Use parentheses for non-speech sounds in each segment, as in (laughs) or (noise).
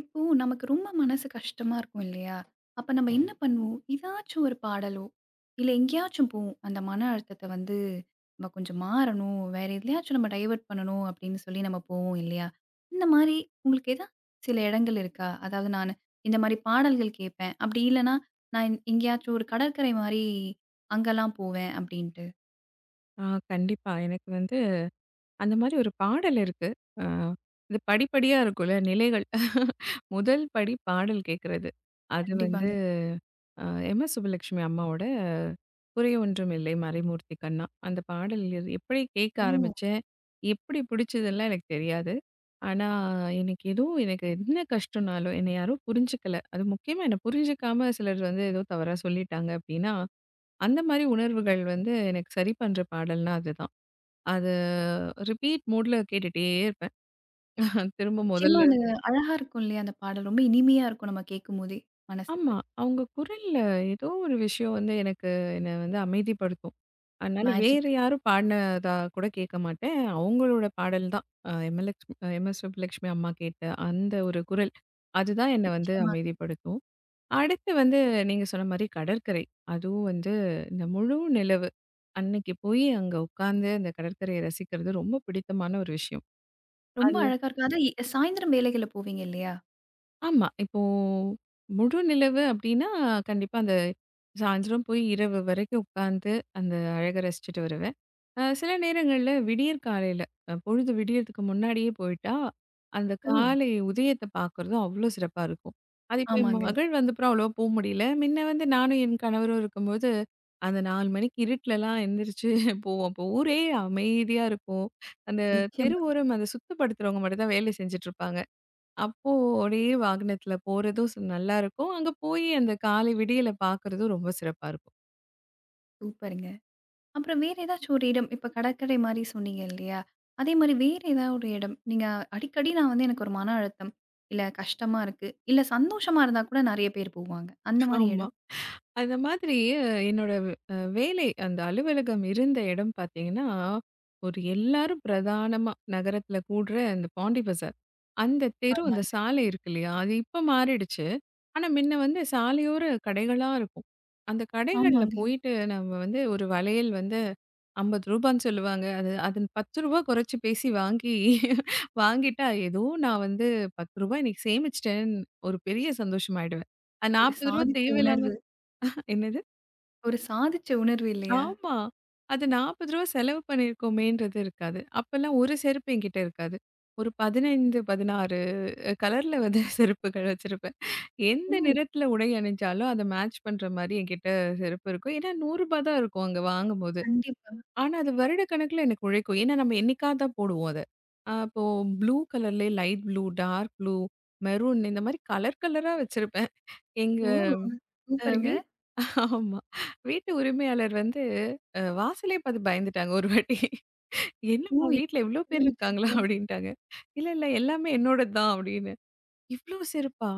இப்போ நமக்கு ரொம்ப மனசு கஷ்டமா இருக்கும் இல்லையா? அப்ப நம்ம என்ன பண்ணுவோம்? ஏதாச்சும் ஒரு பாடலோ, இல்ல எங்கேயாச்சும் போவோம். அந்த மன அழுத்தத்த வந்து நம்ம கொஞ்சம் மாறணும், வேற எதுலயாச்சும் நம்ம டைவர்ட் பண்ணணும் அப்படின்னு சொல்லி நம்ம போவோம் இல்லையா? இந்த மாரி உங்களுக்கு ஏதாவது சில இடங்கள் இருக்கா? அதாவது நானு இந்த மாரி பாடல்கள் கேட்பேன். அப்படி இல்லன்னா, நான் எங்கேயாச்சும் ஒரு கடற்கரை மாரி அங்கலாம் போவேன் அப்படின்ட்டு. ஆ கண்டிப்பா. எனக்கு வந்து அந்த மாரி ஒரு பாடல் இருக்கு. அ இது படிப்படியா இருக்கும்ல நிலைகள். (laughs) முதல் படி பாடல் கேட்கறது. அது வந்து கண்டிப்பாங்க. அ எம்.எஸ். சுப்புலட்சுமி அம்மாவோட குறை ஒன்றும் இல்லை மறைமூர்த்தி கண்ணா. அந்த பாடல் எது எப்படி கேட்க ஓ! ஆரம்பிச்சேன், எப்படி பிடிச்சதுலாம் எனக்கு தெரியாது. ஆனா, எனக்கு ஏதோ எனக்கு என்ன கஷ்டம்னாலும் என்னை யாரும் புரிஞ்சுக்கல. அது முக்கியமா என்ன புரிஞ்சுக்காம சிலர் வந்து ஏதோ தவறா சொல்லிட்டாங்க அப்படின்னா, அந்த மாரி உணர்வுகள் வந்து எனக்கு சரி பண்ற பாடல்னா அதுதான். அது ரிப்பீட் மோட்ல கேட்டுட்டே இருப்பேன். (laughs) திரும்ப நிச்சயமா முதல்ல அது அழகா இருக்கும் இல்லையா? அந்த பாடல் ரொம்ப இனிமையா இருக்கும் நம்ம கேட்கும்போதே மனசுக்கு. ஆமா. அவங்க குரல்ல ஏதோ ஒரு விஷயம் வந்து எனக்கு என்ன வந்து அமைதிப்படுத்தும். அதனால வேற மேஜிக். யாரும் பாடுனதா கூட கேட்க மாட்டேன். அவங்களோட பாடல் தான். அ எம்எல்எக்ஸ் எம்.எஸ். சுப்புலட்சுமி அம்மா கேட்ட அந்த ஒரு குரல். அதுதான் என்ன வந்து நிச்சயமா. அமைதிப்படுத்தும். அடுத்து வந்து நீங்க சொன்ன மாரி கடற்கரை. அதுவும் வந்து இந்த முழு நிலவு. அன்னைக்கு போய் அங்க உட்கார்ந்து அந்த கடற்கரைய ரசிக்கிறது ரொம்ப பிடித்தமான ஒரு விஷயம். ரொம்ப அது அழகா இருக்கும். அதான் எ சாயந்திரம் வேலைகள்ல போவீங்க இல்லையா? ஆமா. இப்போ முழு நிலவு அப்டின்னா, கண்டிப்பா அந்த சாயந்தரம் போய் இரவு வரைக்கும் உட்காந்து அந்த அழக ரசிச்சுட்டு வருவேன். சில நேரங்கள்ல விடியற் காலையில பொழுது விடியறதுக்கு முன்னாடியே போயிட்டா, அந்த ஓ! காலை உதயத்த பார்க்குறதும் அவ்ளோ சிறப்பா இருக்கும். அது இப்ப என் ஆமாங்க. மகள் வந்தப்புறம் அவ்வளவா போ முடியல. முன்ன வந்து நானும் என் கணவரும் இருக்கும்போது, அந்த 4 மணிக்கு இருட்டுலலாம் எந்திரிச்சு (laughs) போவோம். அப்போ ஊரே அமைதியா இருக்கும். அந்த நிச்சயமா. தெருவோரம் அந்த சுத்தப்படுத்துறவங்க மட்டும் தான் வேலை செஞ்சுட்டு இருப்பாங்க. அப்போ ஒரே வாகனத்துல போறதும் நல்லாருக்கும். அங்க போயி அந்த காலை விடியல பார்க்கறதும் ரொம்ப சிறப்பா இருக்கும். சூப்பருங்க. அப்புறம் வேற ஏதாச்சும் ஒரு இடம், இப்ப கடற்கரை மாரி சொன்னீங்க இல்லையா? அதே மாரி வேற ஏதாவது ஒரு இடம், நீங்க அடிக்கடி நான் வந்து எனக்கு ஒரு மன அழுத்தம், இல்ல கஷ்டமா இருக்கு, இல்ல சந்தோஷமா இருந்தா கூட நெறைய பேர் போவாங்க. அந்த மாரி ஆமா. இடம்? அந்த மாதிரி என்னோட வேலை அந்த அலுவலகம் இருந்த இடம் பார்த்தீங்கன்னா, ஒரு எல்லாரும் பிரதானமா நகரத்தில கூடுற அந்த பாண்டி பஜார். அந்த தெரு, அந்த ஆமாங்க. சாலை இருக்கு இல்லையா? அது இப்ப மாறிடுச்சு. ஆனா முன்ன வந்து சாலையோர கடைகளா இருக்கும். அந்த கடைகள்ல ஆமாங்க. போயிட்டு நம்ம வந்து ஒரு வளையல் வந்து ரூ. 50ன்னு சொல்லுவாங்க. அது அது ரூ. 10 குறைச்சு பேசி வாங்கி வாங்கிட்டா ஏதோ நான் வந்து ரூ. 10 இன்னைக்கு சேமிச்சுட்டேன்னு ஒரு பெரிய சந்தோஷமாயிடுவேன். அது ரூ. ஒரு 40 சாதிச்ச தேவையில்லாம உணர்வு. என்னது? ஒரு சாதிச்ச உணர்வு இல்லையா? ஆமா. அது ரூ. 40 செலவு பண்ணியிருக்கோமேன்றது இருக்காது. அப்பல்லாம் ஒரு செருப்பு என்கிட்ட இருக்காது. ஒரு 15, 16 கலர்ல வந்து (laughs) செருப்புகள் வச்சிருப்பேன். எந்த ஓ! நிறத்தில உடை அணிஞ்சாலும் அத மேட்ச் பண்ற மாரி என்கிட்ட செருப்பு இருக்கும். ஏன்னா ரூ. 100 தான் இருக்கும் அங்க வாங்கும்போது. கண்டிப்பா. ஆனா அது வருடக்கணக்கில எனக்கு உழைக்கும். ஏன்னா நம்ம என்னைக்காவது தான் போடுவோம் அத. இப்போ ப்ளூ கலர்லயே light blue, dark blue, maroon இந்த மாரி கலர் கலரா வச்சிருப்பேன். எங்க ஓ! அ சூப்பருங்க. வீ ஆமா. வீட்டு உரிமையாளர் வந்து வாசலே பார்த்து பயந்துட்டாங்க ஒரு வாட்டி. ஓ! "என்னம்மா வீட்ல இவ்ளோ இது பேர் இருக்காங்களா?" வச்சிருக்கீங்க. அப்படின்ட்டாங்க. "இல்ல, இல்ல எல்லாமே என்னோடது தான்" அப்படின்னு. "இவ்ளோ செருப்பா?"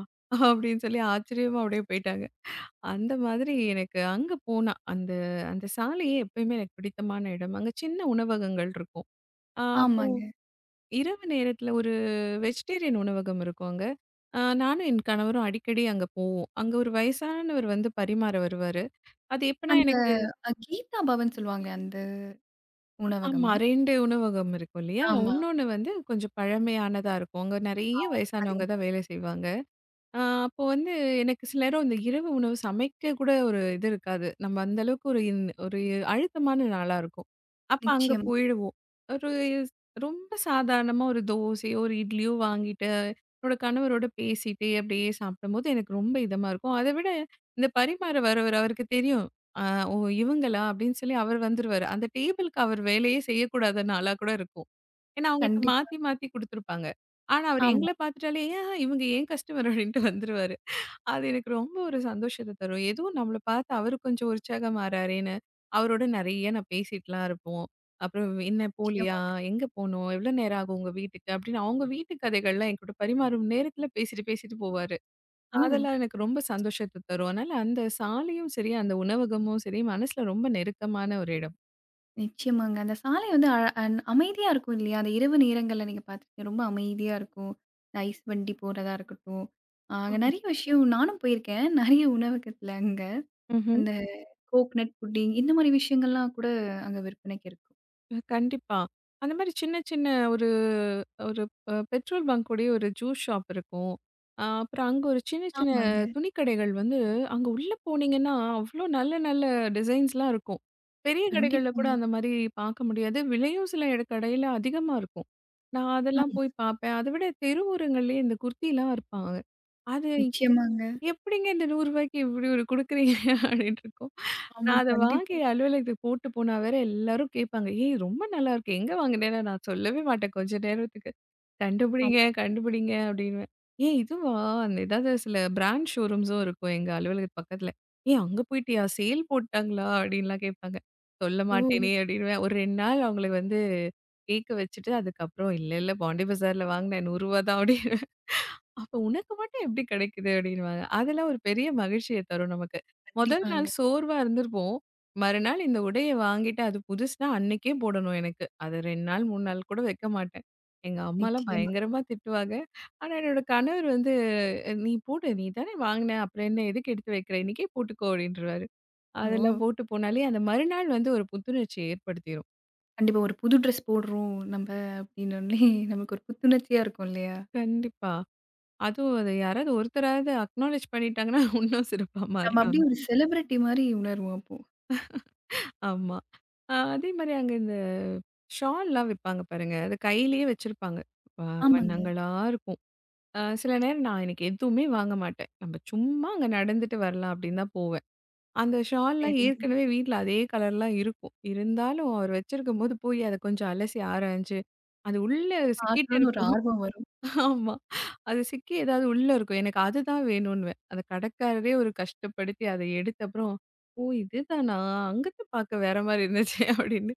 அப்படின்னு சொல்லி ஆச்சரியமா அப்படியே போயிட்டாங்க. அந்த மாதிரி எனக்கு அங்க போனா, அந்த அந்த சாலையே எப்பயுமே எனக்கு பிடித்தமான இடம். அங்க சின்ன உணவகங்கள் இருக்கும். அப்போ ஆமாங்க. இரவு நேரத்தில ஒரு வெஜிடேரியன் உணவகம் இருக்கும் அங்க. நானும் என் கணவரும் அடிக்கடி அங்க போவோம். அங்க ஒரு வயசானவர் வந்து பரிமாற வருவாரு. அது எப்பன்னா அந்த எனக்கு அ கீதா பவன் சொல்லுவாங்களே அந்த ஆமா. உணவகமா? 2 உணவகம் இருக்கும் இல்லையா? ஆமா. இன்னொன்னு வந்து கொஞ்சம் பழமையானதா இருக்கும். அங்க நெறைய அதே வயசானவங்க தான் வேலை செய்வாங்க. அப்போ வந்து எனக்கு சில நேரம் இந்த இரவு உணவு சமைக்க கூட ஒரு இது இருக்காது. நம்ம அந்த அளவுக்கு ஒரு அழுத்தமான நாளா இருக்கும். அப்ப அங்க நிச்சயமா. போயிடுவோம். ஒரு ரொம்ப சாதாரணமா ஒரு தோசையோ, ஒரு இட்லியோ வாங்கிட்டு, என்னோட கணவரோட பேசிட்டே அப்படியே சாப்பிடும்போது எனக்கு ரொம்ப இதமா இருக்கும். அத விட இந்த பரிமாற வரவர் அவருக்கு தெரியும். ஆ ஓ இவங்களா அப்படின்னு சொல்லி அவர் வந்துருவாரு. அந்த டேபிளுக்கு அவர் வேலையே செய்யக்கூடாத நாளா கூட இருக்கும். ஏன்னா அவங்களுக்கு கண்டிப்பா. மாத்தி மாத்தி குடுத்துருப்பாங்க. ஆனா, அவரு ஆமா. எங்கள பாத்துட்டாலே, "ஆஹா இவங்க என் கஸ்டமர்" அப்படின்ட்டு வந்துருவாரு. அது எனக்கு ரொம்ப ஒரு சந்தோஷத்த தரும். ஏதோ நம்மள பாத்து அவரு கொஞ்சம் உற்சாகமாறாரேன்னு, அவரோட நெறைய நான் பேசிட்டுலாம் இருப்போம். அப்புறம் "என்ன போலியா? நிச்சயமா எங்க போணும்? எவ்வளோ நேரம் ஆகும் உங்க வீட்டுக்கு?" அப்படின்னு அவங்க வீட்டு கதைகள்லாம் என்கிட்ட பரிமாறும் நேரத்துல பேசிட்டு, பேசிட்டு போவாரு. இருக்கும். அதெல்லாம் எனக்கு ரொம்ப சந்தோஷத்த தரும். அதனால அந்த சாலையும் சரி, அந்த உணவகமும் சரி, மனசுல ரொம்ப நெருக்கமான ஒரு இடம். நிச்சயமாங்க. அந்த சாலை வந்து அழ அன் அமைதியா இருக்கும் இல்லையா? அந்த இரவு நேரங்கள்ல நீங்க பார்த்துருக்க ரொம்ப அமைதியா இருக்கும். இந்த ஐஸ் வண்டி போறதா இருக்கட்டும். அ அங்க நெறைய விஷயம் நானும் போயிருக்கேன். நெறைய உணவகத்துல அங்க. ம்ஹ்ம். அந்த கோக்னட் புட்டிங் இந்த மாரி விஷயங்கள்லாம் கூட அங்க விற்பனைக்கு இருக்கும். கண்டிப்பா. அந்த மாரி சின்ன சின்ன ஒரு ஒரு அ பெட்ரோல் பங்க் கூடயே ஒரு ஜூஸ் ஷாப் இருக்கும். அப்புறம் அங்க ஒரு சின்ன சின்ன ஆமாங்க. துணி கடைகள் வந்து அங்க உள்ள போனீங்கன்னா, அவ்ளோ நல்ல நல்ல டிசைன்ஸ்லாம் இருக்கும். பெரிய கடைகள்ல கூட கண்டிப்பாங்க. அந்த மாரி பார்க்க முடியாது. விலையும் சில எட கடையில அதிகமா இருக்கும். நான் அதெல்லாம் ஆமா. போய் பார்ப்பேன். அத விட தெரு ஓரங்கள்லயே இந்த குர்திலாம் விற்பாங்க. அது எ நிச்சயமாங்க. எப்படிங்க இந்த ரூ. 100க்கு இப்டி ஒரு குடுக்குறீங்க? (laughs) அப்டின்ட்டு இருக்கும். ஆமா. நான் அத வாங்கி கண்டிப்பா. அலுவலகத்துக்கு போட்டு போனா வேற எல்லாரும் கேட்பாங்க. "ஏய்! ரொம்ப நல்லா இருக்கு. எங்க வாங்குனேன்னு?" நான் சொல்லவே மாட்டேன் கொஞ்ச நேரத்துக்கு. "கண்டுபிடிங்க, ஆமா. கண்டுபிடிங்க" அப்படின்னுவேன். "ஏய்! இதுவா?" அந்த ஏதாவது சில பிராண்ட் ஷோரூம்ஸும் இருக்கும் எங்க அலுவலகத்து பக்கத்துல. "ஏய்! அங்க போயிட்டியா? சேல் போட்டாங்களா?" அப்படின்லாம் கேட்பாங்க. "சொல்ல ஓ! மாட்டேனே" அப்படின்னுவேன். ஒரு 2 நாள் அவங்கள வந்து கேக்க வச்சுட்டு, அதுக்கப்புறம் "இல்ல, இல்ல பாண்டி பஜார்ல வாங்குனேன் ரூ. 100 தான்" அப்படின்னு அப்ப உனக்கு மட்டும் எப்படி கிடைக்குது? அப்படின்னுவாங்க. அதெல்லாம் ஒரு பெரிய மகிழ்ச்சிய தரும் நமக்கு. முதல் நாள் கண்டிப்பாங்க. சோர்வா இருந்திருப்போம். மறுநாள் இந்த உடைய வாங்கிட்டு அது புதுசுனா அன்னைக்கே போடணும் எனக்கு. அது 2 நாள் 3 நாள் கூட வைக்க மாட்டேன். எங்க அம்மாலாம் நிச்சயமா. பயங்கரமா திட்டுவாங்க. ஆனா என்னோட கணவர் வந்து "நீ போடு நீ தானே வாங்கின அப்புறம் என்ன எதுக்கு எடுத்து வைக்கிற? இன்னைக்கே போட்டுக்கோ" அப்படின்றவாரு. ஓ! அதெல்லாம் போட்டு போனாலே அந்த மறுநாள் வந்து ஒரு புத்துணர்ச்சிய ஏற்படுத்திரும். கண்டிப்பா. ஒரு புது ட்ரெஸ் போடுறோம் நம்ம அப்படின்னோனே, (laughs) நமக்கு ஒரு புத்துணர்ச்சியா இருக்கும் இல்லையா? கண்டிப்பா. அதுவும் அது யாராவது ஒருத்தராவது அக்னாலெட்ஜ் பண்ணிட்டாங்கன்னா, இன்னும் சிறப்பா நம்ம மாறிடும். அப்படியே ஒரு செலிபிரிட்டி மாரி உணர்வோம் அப்போ. ஆமா. அதே மாரி அங்க இந்த ஷால்லாம் விப்பாங்க பாருங்க. அது கையிலேயே வச்சிருப்பாங்க. வ ஆமாங்க. வண்ணங்களா இருக்கும். சில நேரம் நான் எனக்கு எதுவுமே வாங்க மாட்டேன். நம்ம சும்மா அங்க நடந்துட்டு வரலாம் அப்படின்னு தான் போவேன். அந்த ஷால்லாம் சரிங்க. ஏற்கனவே வீட்ல அதே கலர்லாம் இருக்கும். இருந்தாலும் அவர் வச்சிருக்கும்போது போய் அத கொஞ்சம் அலசி ஆராய்ஞ்சு, அது உள்ள சிக்கிட்டு பார்க்கணும்னு ஒரு இருக்கும். ஆர்வம் வரும். ஆமா. அது சிக்கி ஏதாவது உள்ள இருக்கும். எனக்கு அதுதான் வேணுன்னுவேன். அந்த கடைக்காரரே ஒரு கஷ்டப்படுத்தி அத எடுத்து அப்புறம், "ஓ! இதுதானா? அங்கிருந்து பார்க்க வேற மாரி இருந்துச்சே" (laughs) அப்படின்னு.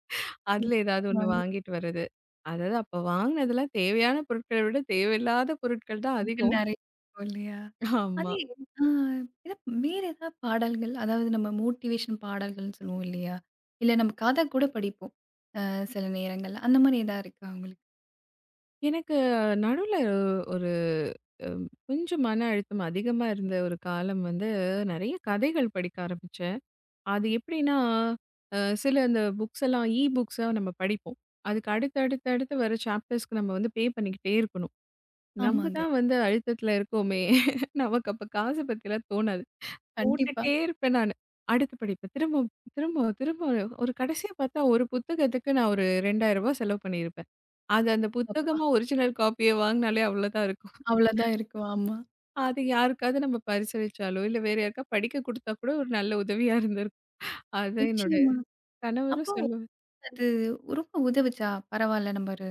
அதுல ஏதாவது ஒண்ணு நிச்சயமாங்க. வாங்கிட்டு வர்றது. அதாவது அப்ப வாங்கினதெல்லாம் தேவையான பொருட்கள விட தேவையில்லாத பொருட்கள் தான் பொருட்கள் அதிகம். நெறைய இருக்கும் இல்லையா? ஆமா. அதே ஆ ஏதா வேற ஏதாவது பாடல்கள், அதாவது நம்ம மோட்டிவேஷன் பாடல்கள்னு சொல்லுவோம் இல்லையா? இல்ல நம்ம கதை கூட படிப்போம். அ சில நேரங்கள்ல. அந்த மாரி ஏதா இருக்கா உங்களுக்கு? எனக்கு நடுவுல ஒரு அ கொஞ்சம் மன அழுத்தம் அதிகமா இருந்த ஒரு காலம் வந்து, நெறைய கதைகள் படிக்க ஆரம்பிச்சேன். அது எப்படின்னா, அ சில அந்த புக்ஸ் எல்லாம் இ புக்ஸா நம்ம படிப்போம். அதுக்கு அடுத்து, அடுத்து, அடுத்து வர சாப்டர்ஸ்க்கு நம்ம வந்து பே பண்ணிக்கிட்டே இருக்கணும். நம்ம ஆமாங்க. தான் வந்து அழுத்தத்தில இருக்கோமே! நமக்கு அப்ப காசு பத்திலாம் தோணாது. கண்டிப்பா. போட்டுட்டே இருப்பேன் நானு. அடுத்து படிப்பேன். திரும்ப, திரும்ப, திரும்ப ஒரு கடைசியா பார்த்தா ஒரு புத்தகத்துக்கு நான் ஒரு ரூ. 2000 செலவு பண்ணியிருப்பேன். அது அந்த அப்பா! புத்தகமா ஒரிஜினல் காப்பிய வாங்குனாலே அவ்வளோதான் இருக்கும். அவ்வளோதான் இருக்கும். ஆமா. அது யாருக்காவது நம்ம பரிசளிச்சாலோ, இல்ல வேற யாருக்கா படிக்க குடுத்தா கூட ஒரு நல்ல உதவியா இருந்திருக்கும். அதான் என்னோட நிச்சயமா. அப்ப கணவரும் சொல்லுவாரு. அது ரொம்ப உதவுச்சா? பரவால்ல நம்ம ஒரு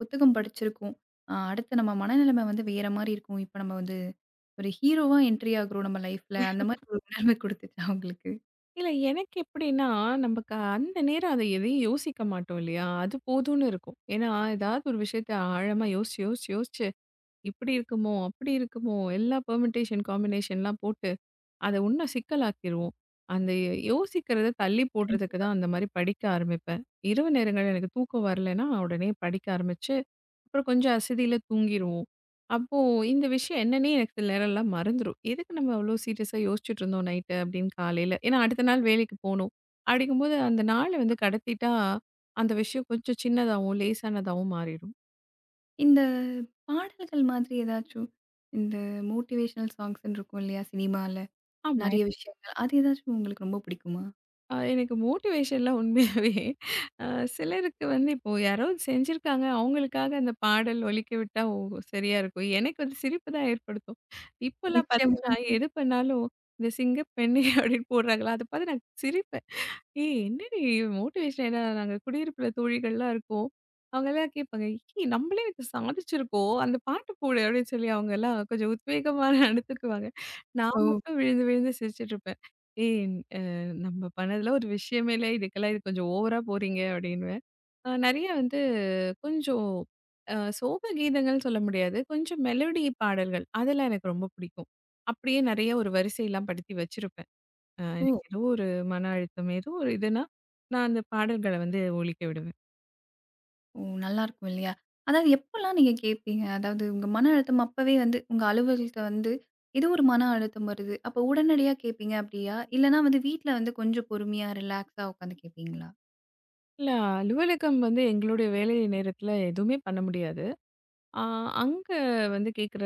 புத்தகம் படிச்சிருக்கோம். அ அடுத்து நம்ம மனநிலைமை வந்து வேற மாரி இருக்கும். இப்ப நம்ம வந்து ஒரு ஹீரோவா என்ட்ரி ஆகுறோம் நம்ம லைஃப்ல. அந்த மாரி ஒரு உணர்வு குடுத்துச்சா உங்களுக்கு? இல்ல எனக்கு எப்படின்னா, நமக்கு அந்த நேரம் அத எதையும் யோசிக்க மாட்டோம் இல்லையா? அது போதும்னு இருக்கும். ஏன்னா, ஏதாவது ஒரு விஷயத்த ஆழமா யோசிச்சு, யோசிச்சு, யோசிச்சு இப்படி இருக்குமோ, அப்படி இருக்குமோ, எல்லா பெர்முடேஷன், காம்பினேஷன்லாம் போட்டு அத இன்னும் சிக்கலாக்கிருவோம். அந்த யோசிக்கிறத தள்ளி போடுறதுக்கு கண்டிப்பா, தான் அந்த மாரி படிக்க ஆரம்பிப்பேன். இரவு நேரங்கள்ல எனக்கு தூக்கம் வரலன்னா, உடனே படிக்க ஆரம்பிச்சு அப்புறம் கொஞ்சம் அசதியில தூங்கிருவோம். அப்போ இந்த விஷயம் என்னன்னே எனக்கு சில நேரம்லாம் மறந்துரும். எதுக்கு நம்ம அவ்ளோ சீரியஸா யோசிச்சுட்டு இருந்தோம் நைட்டு அப்படின்னு காலையில. ஏன்னா அடுத்த நாள் வேலைக்கு போணும். அப்படிங்கும்போது அந்த நாள வந்து கண்டிப்பா. கடத்திட்டா, அந்த விஷயம் கொஞ்சம் சின்னதாவும், லேசானதாவும் மாறிடும். இந்த பாடல்கள் மாதிரி ஏதாச்சும் இந்த மோட்டிவேஷனல் சாங்ஸ்ன்னு இருக்கும் இல்லையா? சினிமால ஆமா. நெறைய விஷயங்கள். அது ஏதாச்சும் உங்களுக்கு ரொம்ப பிடிக்குமா? எனக்கு மோட்டிவேஷன்லாம் உண்மையாவே அ சிலருக்கு வந்து இப்போ யாராவது செஞ்சிருக்காங்க, அவங்களுக்காக அந்த பாடல் ஒலிக்க விட்டா ஓ! சரியா இருக்கும். எனக்கு வந்து சிரிப்பு தான் ஏற்படுத்தும். இப்போலாம் பார்த்தீங்கன்னா, நிச்சயமாங்க. எது பண்ணாலும் இந்த சிங்கப்பெண்ணே அப்படின்னு போடுறாங்களா, அத பார்த்து நான் சிரிப்பேன். ஏய்! என்னடி மோட்டிவேஷன் ஏன்னா நாங்க குடியிருப்புல தோழிகள்லாம் இருக்கோம். அவங்கலாம் கேட்பாங்க, "ஏய்! நம்மளே இத சாதிச்சிருக்கோம். அந்த பாட்டு போடு" அப்படின்னு சொல்லி அவங்கலாம் கொஞ்சம் உத்வேகமா நடந்துக்குவாங்க. (laughs) ஓ! நான் மட்டும் விழுந்து விழுந்து சிரிச்சுட்டுருப்பேன். "ஏய்! அ நம்ம பண்ணதுல ஒரு விஷயமே இல்ல. இதுக்கெல்லாம் இது கொஞ்சம் ஓவரா போறீங்க" அப்படின்னுவேன். நெறைய வந்து கொஞ்சம் அ சோக கீதங்கள்னு சொல்ல முடியாது. கொஞ்சம் மெலோடி பாடல்கள் அதெல்லாம் எனக்கு ரொம்ப பிடிக்கும். அப்படியே நெறைய ஒரு வரிசைலாம் படுத்தி வச்சிருப்பேன். ஓ! எனக்கு ஏதோ ஒரு மன அழுத்தம், ஏதோ ஒரு இதுன்னா, நான் அந்த பாடல்கள வந்து ஒலிக்க விடுவேன். ஓ! நல்லாருக்கும் இல்லையா? அதாவது எப்பலாம் நீங்க கேட்பீங்க? அதாவது உங்க மன அழுத்தம் அப்பவே வந்து உங்க அலுவலகத்துல வந்து ஏதோ ஒரு மன அழுத்தம் வருது. அப்ப உடனடியா கேட்பீங்க அப்டியா? இல்லன்னா வந்து வீட்ல வந்து கொஞ்சம் பொறுமையா ரிலாக்ஸா உட்காந்து கேட்பீங்களா? இல்ல அலுவலகம் வந்து எங்களுடைய வேலை நேரத்தில எதுவுமே பண்ண முடியாது. அ அங்க வந்து கேட்குற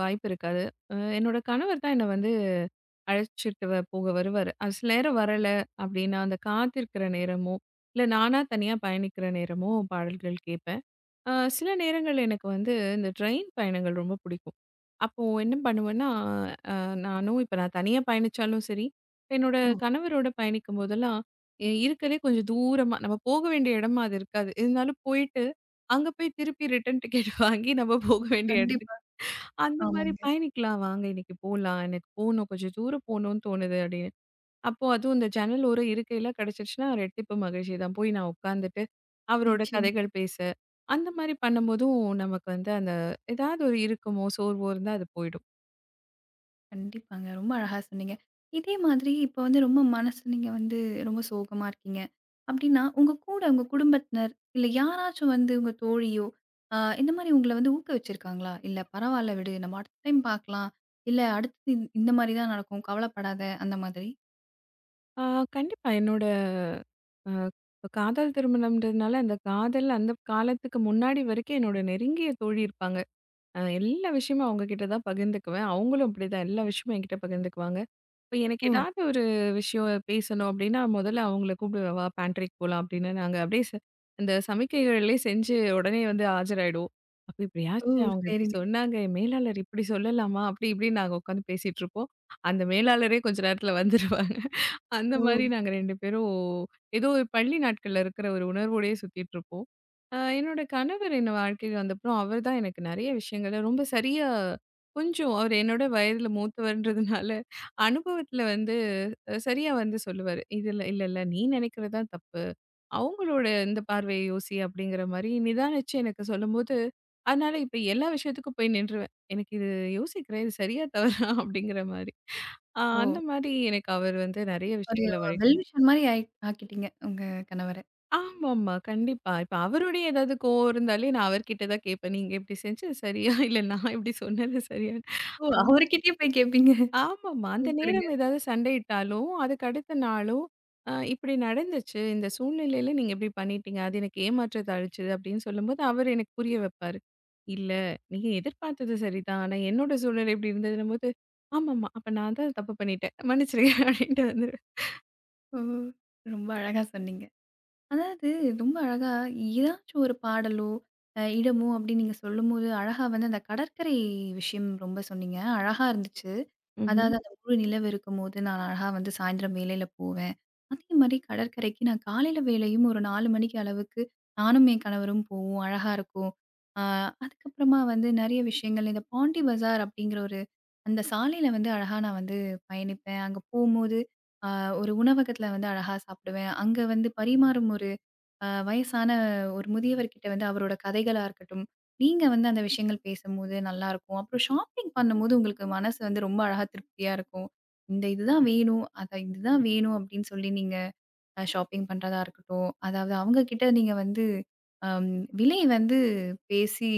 வாய்ப்பு இருக்காது. என்னோட கணவர் தான் என்ன வந்து அழைச்சிட்டு போக வருவாரு. அது சில நேரம் வரல அப்படின்னா, அந்த காத்திருக்கிற நேரமோ, இல்ல நானா தனியா பயணிக்கிற நேரமோ பாடல்கள் கேட்பேன். சில நேரங்கள் எனக்கு வந்து இந்த ட்ரெயின் பயணங்கள் ரொம்ப பிடிக்கும். அப்போ என்ன பண்ணுவேன்னா, அ நானும் இப்ப நான் தனியா பயணிச்சாலும் சரி, என்னோட ஓ! கணவரோட பயணிக்கும் போதெல்லாம், இருக்கறதுலே கொஞ்சம் தூரமா நம்ம போக வேண்டிய இடமா அது இருக்காது. இருந்தாலும் போயிட்டு, அங்க போய் திருப்பி ரிட்டர்ன் டிக்கெட் (laughs) வாங்கி நம்ம போக வேண்டிய இடத்துக்கு கண்டிப்பா. அந்த மாரி ஆமாங்க. பயணிக்கலாம் வாங்க இன்னைக்கு போலாம். எனக்கு போணும் கொஞ்சம் தூரம் போணும்னு தோணுது. அப்படின்னு அப்போ அதுவும் இந்த ஜன்னல் ஓரம் இருக்கையில கிடைச்சிருச்சுன்னா ரெட்டிப்பு மகிழ்ச்சி தான். போய் நான் உட்காந்துட்டு, அவரோட நிச்சயமா. கதைகள் பேச, அந்த மாரி பண்ணும்போதும் நமக்கு வந்து அந்த ஏதாவது ஒரு இருக்குமோ, சோர்வோ இருந்தா அது போயிடும். கண்டிப்பாங்க. ரொம்ப அழகா சொன்னீங்க. இதே மாதிரி இப்போ வந்து ரொம்ப மனசு நீங்க வந்து ரொம்ப சோகமா இருக்கீங்க. அப்டின்னா, உங்க கூட உங்க குடும்பத்தினர், இல்ல யாராச்சும் வந்து உங்க தோழியோ, அ இந்த மாரி உங்கள வந்து ஊக்குவிச்சிருக்காங்களா? "இல்ல பரவால்ல விடு. நம்ம அடுத்த டைம் பார்க்கலாம். இல்ல அடுத்து இந்த மாரி தான் நடக்கும். கவலப்படாத." அந்த மாதிரி? ஆ கண்டிப்பா என்னோட காதல் திருமணம்ன்றதுனால, அந்த காதல் அந்த காலத்துக்கு முன்னாடி வரைக்கும் என்னோட நெருங்கிய தோழி இருப்பாங்க. எல்லா விஷயமும் அவங்க கிட்ட தான் பகிர்ந்துக்குவேன். அவங்களும் அப்படிதான் எல்லா விஷயமும் என்கிட்ட பகிர்ந்துக்குவாங்க. இப்ப எனக்கு ஓ! ஏதாவது ஒரு விஷயம் பேசணும் அப்படின்னா, முதல்ல அவங்கள கூப்பிடுவேன். "வா பேன்ட்ரிக்கு போலாம்" அப்படின்னு. நாங்க அப்படியே அந்த சமிக்கைகள்லயே செஞ்சு உடனே வந்து ஆஜராயிடுவோம். அப்ப ஓ! இப்படியாச்சு அவங்க இப்படி சரிங்க. சொன்னாங்க, என் மேலாளர் இப்படி சொல்லலாமா? அப்படி இப்படின்னு நாங்க உட்காந்து பேசிட்டுருப்போம். அந்த மேலாளரே கொஞ்ச நேரத்துல வந்துருவாங்க. அந்த ஓ! மாரி நாங்க 2 பேரும் ஏதோ ஒரு பள்ளி நாட்கள்ல இருக்கிற ஒரு உணர்வோடயே சுத்திட்டுருப்போம். என்னோட கணவர் என்ன வாழ்க்கைக்கு வந்தப்புறம், அவர் தான் எனக்கு நெறைய விஷயங்கள ரொம்ப சரியா கொஞ்சம் அவர் என்னோட வயதில மூத்தவர்ன்றதுனால, அனுபவத்தில வந்து சரியா வந்து சொல்லுவாரு. "இதுல இல்ல, இல்ல நீ நினைக்கிறது தான் தப்பு. அவங்களோட இந்த பார்வைய யோசி" அப்படிங்கிற மாரி நிதானிச்சு எனக்கு சொல்லும்போது, அதனால இப்ப எல்லா விஷயத்துக்கும் போய் நின்றுவேன். எனக்கு இது யோசிக்கிறேன். இது சரியா தவறா? அப்படிங்கிற மாரி. ஓ! அந்த மாரி எனக்கு அவர் வந்து நெறைய ஒரு விஷயங்கள வழி வெல் விஷர் மாரி ஆயி ஆக்கிட்டீங்க உங்க கணவர. ஆமாமா. கண்டிப்பா. இப்ப அவருடைய ஏதாவது கோவம் இருந்தாலே நான் அவர்கிட்ட தான் கேட்பேன். நீங்க இப்படி செஞ்சது சரியா? (laughs) இல்ல நான் இப்படி சொன்னது சரியா? ஓ! அவருகிட்டயே போய் கேட்பீங்க. ஆமாமா. அந்த சூப்பருங்க. நேரம் ஏதாவது சண்டையிட்டாலும், அதுக்கு அடுத்த நாளும் இப்படி நடந்துச்சு. இந்த சூழ்நிலையில நீங்க இப்படி பண்ணிட்டீங்க. அது எனக்கு ஏமாற்றத்த அளிச்சது அப்படின்னு சொல்லும்போது, அவர் எனக்கு புரிய வைப்பாரு. இல்ல நீங்க எதிர்பார்த்தது சரிதான். ஆனா என்னோட சூழ்நிலை இப்படி இருந்ததுன்னும்போது, ஆமாமா. அப்ப நான் தான் தப்பு பண்ணிட்டேன். மன்னிச்சிடுங்க (laughs) அப்படின்ட்டு வந்துருவேன். ஓ! ரொம்ப அழகா சொன்னீங்க. அதாவது ரொம்ப அழகா ஏதாச்சும் ஒரு பாடலோ, அ இடமோ அப்படின்னு நீங்க சொல்லும்போது, அழகா வந்து அந்த கடற்கரை விஷயம் ரொம்ப சொன்னீங்க. அழகா இருந்துச்சு. ம்ஹ்ம். அதாவது அந்த முழு நிலவு இருக்கும்போது, நான் அழகா வந்து சாயந்திரம் வேலையில போவேன். அதே மாரி கடற்கரைக்கு நான் காலையில வேலையும் ஒரு 4 மணிக்கு அளவுக்கு நானும் என் கணவரும் போவோம். அழகா இருக்கும். ஆ அதுக்கப்புறமா வந்து நெறைய விஷயங்கள் இந்த பாண்டி பஜார் அப்படிங்கிற ஒரு அந்த சாலையில வந்து அழகா நான் வந்து பயணிப்பேன். அங்க போம்போது, அ ஒரு உணவகத்துல வந்து அழகா சாப்பிடுவேன். அங்க வந்து பரிமாறும் ஒரு அ வயசான ஒரு முதியவர்கிட்ட வந்து அவரோட கதைகளா இருக்கட்டும், நீங்க வந்து அந்த விஷயங்கள் பேசும்போது நல்லாருக்கும். அப்புறம் ஷாப்பிங் பண்ணும்போது உங்களுக்கு மனசு வந்து ரொம்ப அழகா திருப்தியா இருக்கும். இந்த இதுதான் வேணும், அத இதுதான் வேணும் அப்டின்னு சொல்லி நீங்க அ ஷாப்பிங் பண்றதா இருக்கட்டும், அதாவது அவங்க கிட்ட நீங்க வந்து அம் விலை வந்து பேசி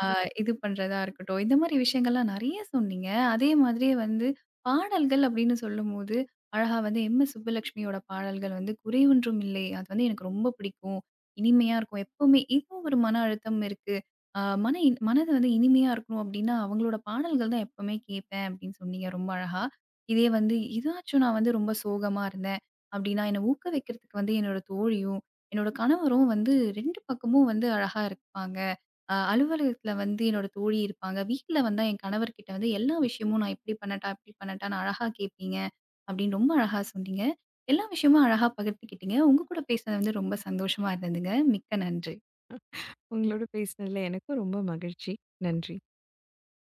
ஆ இது பண்றதா இருக்கட்டும். இந்த மாரி விஷயங்கள்லாம் நெறைய சொன்னீங்க. அதே மாதிரி வந்து பாடல்கள் அப்படின்னு சொல்லும்போது, அழகா வந்து எம்.எஸ். சுப்புலட்சுமியோட பாடல்கள் வந்து குறைவொன்றும் இல்லை. அது வந்து எனக்கு ரொம்ப பிடிக்கும். இனிமையா இருக்கும். எப்பவுமே ஏதோ ஒரு மன அழுத்தம் இருக்கு. ஆ மன இன் மனது வந்து இனிமையா இருக்கணும் அப்படின்னா, அவங்களோட பாடல்கள் தான் எப்பவுமே கேட்பேன் அப்படின்னு சொன்னீங்க ரொம்ப அழகா. இதே வந்து ஏதாச்சும் நான் வந்து ரொம்ப சோகமா இருந்தேன் அப்படின்னா, என்ன ஊக்க வைக்கிறதுக்கு வந்து என்னோட தோழியும், என்னோட கணவரும் வந்து 2 பக்கமும் வந்து அழகா இருப்பாங்க. அ அலுவலகத்துல வந்து என்னோட தோழி இருப்பாங்க. வீட்ல வந்தா என் கணவர்கிட்ட வந்து எல்லா விஷயமும் "நான் இப்படி பண்ணட்டா? இப்படி பண்ணட்டான்னு?" அழகா கேட்பீங்க அப்படின்னு ரொம்ப அழகா சொன்னீங்க. எல்லா விஷயமும் அழகா பகிர்ந்துக்கிட்டீங்க. உங்க கூட பேசுனது வந்து ரொம்ப சந்தோஷமா இருந்ததுங்க. மிக்க நன்றி. உங்களோட பேசினதுல எனக்கும் ரொம்ப மகிழ்ச்சி. நன்றி.